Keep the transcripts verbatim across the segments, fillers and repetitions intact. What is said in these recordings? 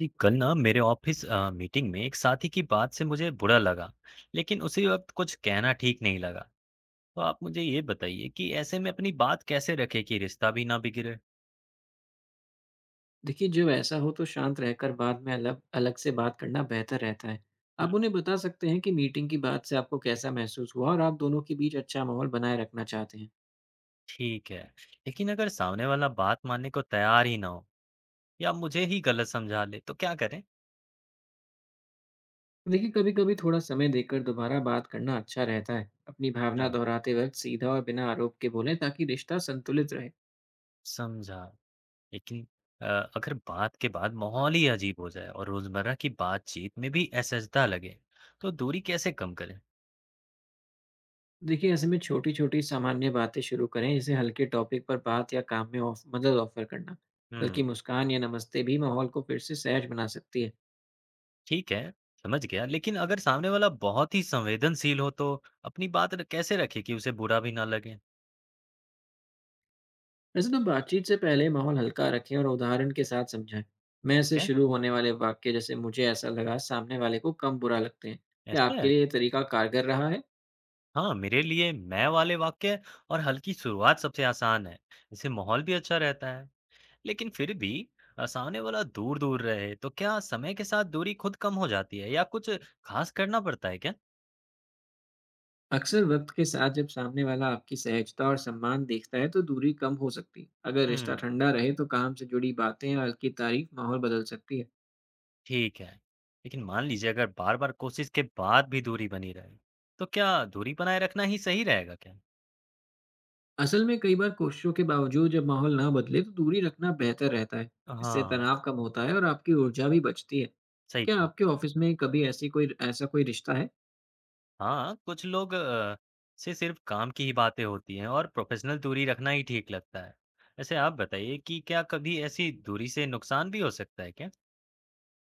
जी, कल ना मेरे ऑफिस अ, मीटिंग में एक साथी की बात से मुझे बुरा लगा। लेकिन उसी वक्त कुछ कहना ठीक नहीं लगा। तो आप मुझे ये बताइए कि ऐसे में अपनी बात कैसे रखें कि रिश्ता भी ना बिगड़े। देखिए जब ऐसा हो तो शांत रहकर बाद में अलग अलग से बात करना बेहतर रहता है। हम्म। आप उन्हें बता सकते हैं कि मीटिंग की बात से आपको कैसा महसूस हुआ और आप दोनों के बीच अच्छा माहौल बनाए रखना चाहते हैं। ठीक है, लेकिन अगर सामने वाला बात मानने को तैयार ही ना हो या मुझे ही गलत समझा ले तो क्या करें? देखिए कभी-कभी थोड़ा समय देकर दोबारा बात करना अच्छा रहता है। अपनी भावना हाँ, दोहराते वक्त सीधा और बिना आरोप के बोलें ताकि रिश्ता संतुलित रहे। समझा। लेकिन अ, अगर बात के बाद माहौल ही अजीब हो जाए और रोजमर्रा की बातचीत में भी असहजता लगे तो दूरी कैसे कम करें? देखिए ऐसे में छोटी-छोटी सामान्य बातें शुरू करें जैसे हल्के टॉपिक पर बात या काम में ऑफ मदद ऑफर करना। हम्म। बल्कि मुस्कान या नमस्ते भी माहौल को फिर से सहज बना सकती है। ठीक है, समझ गया। लेकिन अगर सामने वाला बहुत ही संवेदनशील हो तो अपनी बात र कैसे रखे कि उसे बुरा भी ना लगे? वैसे तो बातचीत से पहले माहौल हल्का रखें और उदाहरण के साथ समझाएं। मैं ठीक से है। शुरू होने वाले वाक्य जैसे मुझे ऐसा लगा सामने वाले को कम बुरा लगते हैं। क्या ऐसा है? आपके लिए ये तरीका कारगर रहा है? हाँ, मेरे लिए मैं वाले वाक्य और हल्की शुरुआत सबसे आसान है। इससे माहौल भी अच्छा रहता है। लेकिन फिर भी अ, सामने वाला दूर-दूर रहे तो क्या समय के साथ दूरी खुद कम हो जाती है या कुछ खास करना पड़ता है क्या? अक्सर वक्त के साथ जब सामने वाला आपकी सहजता और सम्मान देखता है तो दूरी कम हो सकती है। अगर रिश्ता हुँ। ठंडा रहे तो काम से जुड़ी बातें और हल्की तारीफ माहौल बदल सकती है। ठीक है। लेकिन मान लीजिए अगर बार-बार कोशिश के बाद भी दूरी बनी रहे, तो क्या दूरी बनाए रखना ही सही रहेगा क्या? असल में कई बार कोशिशों के बावजूद जब माहौल ना बदले तो दूरी रखना बेहतर रहता है। इससे हाँ। तनाव कम होता है और आपकी ऊर्जा भी बचती है। सही क्या कहा। आपके ऑफिस में कभी ऐसी कोई ऐसा कोई रिश्ता है? हाँ, कुछ लोग अ, से सिर्फ काम की ही बातें होती हैं और प्रोफ़ेशनल दूरी रखना ही ठीक लगता है। वैसे आप बताइए कि क्या कभी ऐसी दूरी से नुकसान भी हो सकता है क्या?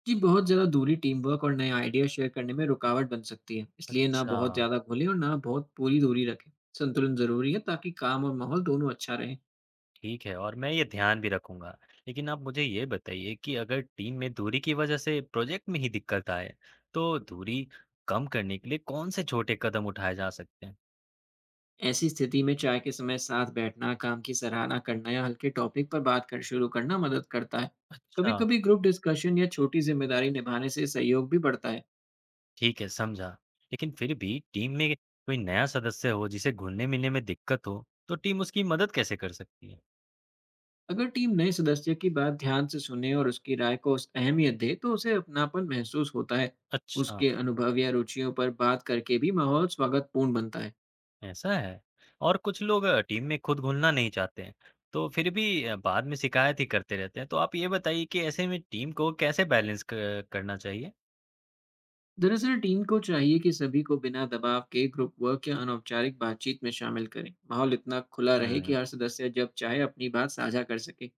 जी, बहुत ज़्यादा दूरी टीम वर्क और नए आइडिया शेयर करने में रुकावट बन सकती है, इसलिए ना अच्छा। बहुत ज़्यादा घुलें और ना बहुत पूरी दूरी रखें। संतुलन ज़रूरी है ताकि काम और माहौल दोनों अच्छा रहे। ठीक है, और मैं ये ध्यान भी रखूँगा। लेकिन आप मुझे ये बताइए कि अगर टीम में दूरी की वजह से प्रोजेक्ट में ही दिक्कत आए, तो दूरी कम करने के लिए कौन से छोटे कदम उठाए जा सकते हैं? ऐसी स्थिति में चाय के समय साथ बैठना, काम की सराहना करना या हल्के टॉपिक पर बात कर शुरू करना मदद करता है। कभी अच्छा। कभी ग्रुप डिस्कशन या छोटी जिम्मेदारी निभाने से सहयोग भी बढ़ता है। ठीक है, समझा। लेकिन फिर भी टीम में कोई नया सदस्य हो जिसे घुलने-मिलने में दिक्कत हो, तो टीम उसकी मदद कैसे कर सकती है? अगर टीम नए सदस्य की बात ध्यान से सुने और उसकी राय को उस अहमियत दे तो उसे अपनापन महसूस होता है। अच्छा। उसके अनुभव या रुचियों पर बात करके भी माहौल स्वागतपूर्ण बनता है। ऐसा है। और कुछ लोग अ, टीम में खुद घुलना नहीं चाहते हैं, तो फिर भी अ, बाद में शिकायत ही करते रहते हैं। तो आप ये बताइए कि ऐसे में टीम को कैसे बैलेंस क करना चाहिए? दरअसल टीम को चाहिए कि सभी को बिना दबाव के ग्रुप वर्क या अनौपचारिक बातचीत में शामिल करें। माहौल इतना खुला रहे हुँ। कि हर सदस्य जब चाहे अपनी बात साझा कर सके।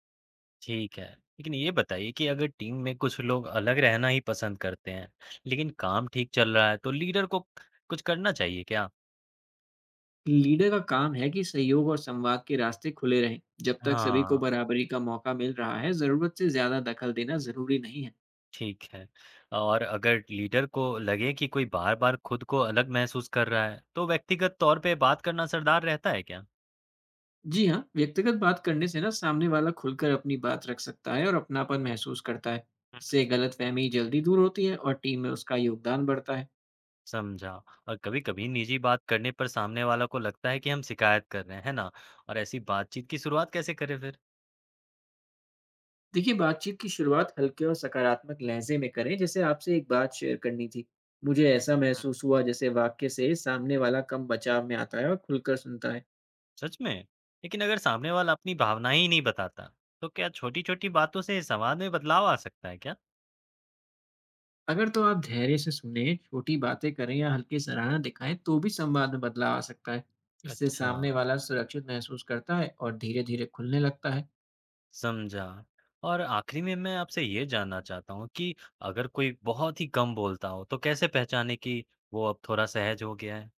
ठीक है। लेकिन ये बताइए कि अगर टीम में कुछ लोग अलग रहना ही पसंद करते हैं, लेकिन काम ठीक चल रहा है, तो लीडर को कुछ करना चाहिए क्या? लीडर का काम है कि सहयोग और संवाद के रास्ते खुले रहें। जब तक सभी को हाँ। बराबरी का मौका मिल रहा है, जरूरत से ज्यादा दखल देना जरूरी नहीं है। ठीक है। और अगर लीडर को लगे कि कोई बार-बार खुद को अलग महसूस कर रहा है, तो व्यक्तिगत तौर पे बात करना असरदार रहता है क्या? जी हाँ, व्यक्तिगत बात करने से ना सामने वाला खुलकर अपनी बात रख सकता है और अपनापन महसूस करता है। हुँ। इससे गलतफहमी जल्दी दूर होती है और टीम में उसका योगदान बढ़ता है। समझा। और कभी-कभी निजी बात करने पर सामने वाला को लगता है कि हम शिकायत कर रहे हैं, है ना? और ऐसी बातचीत की शुरुआत कैसे करें फिर? देखिए, बातचीत की शुरुआत हल्के और सकारात्मक लहज़े में करें, जैसे आपसे एक बात शेयर करनी थी। मुझे ऐसा हुँ। महसूस हुआ जैसे वाक्य से सामने वाला कम बचाव में आता है और खुलकर सुनता है। सच में? लेकिन अगर सामने वाला अपनी भावनाएं ही नहीं बताता, तो क्या छोटी-छोटी बातों से संवाद में बदलाव आ सकता है क्या? अगर तो आप धैर्य से सुनें, छोटी बातें करें या हल्की सराहना दिखाएँ, तो भी संवाद में बदलाव आ सकता है। अच्छा। इससे अच्छा। सामने वाला सुरक्षित महसूस करता है और धीरे-धीरे खुलने लगता है। समझा। और आखिरी में मैं आपसे ये जानना चाहता हूँ कि अगर कोई बहुत ही कम बोलता हो, तो कैसे पहचाने कि वो अब थोड़ा सहज हो गया है?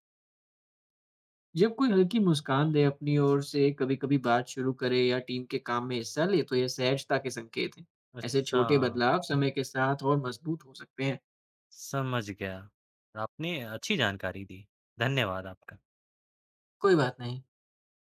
जब कोई हल्की मुस्कान दे अपनी ओर से, कभी-कभी बात शुरू करे या टीम के काम में हिस्सा ले, तो यह सहजता के संकेत हैं। ऐसे अच्छा, छोटे बदलाव समय के साथ और मजबूत हो सकते हैं। समझ गया। आपने अच्छी जानकारी दी। धन्यवाद आपका। कोई बात नहीं।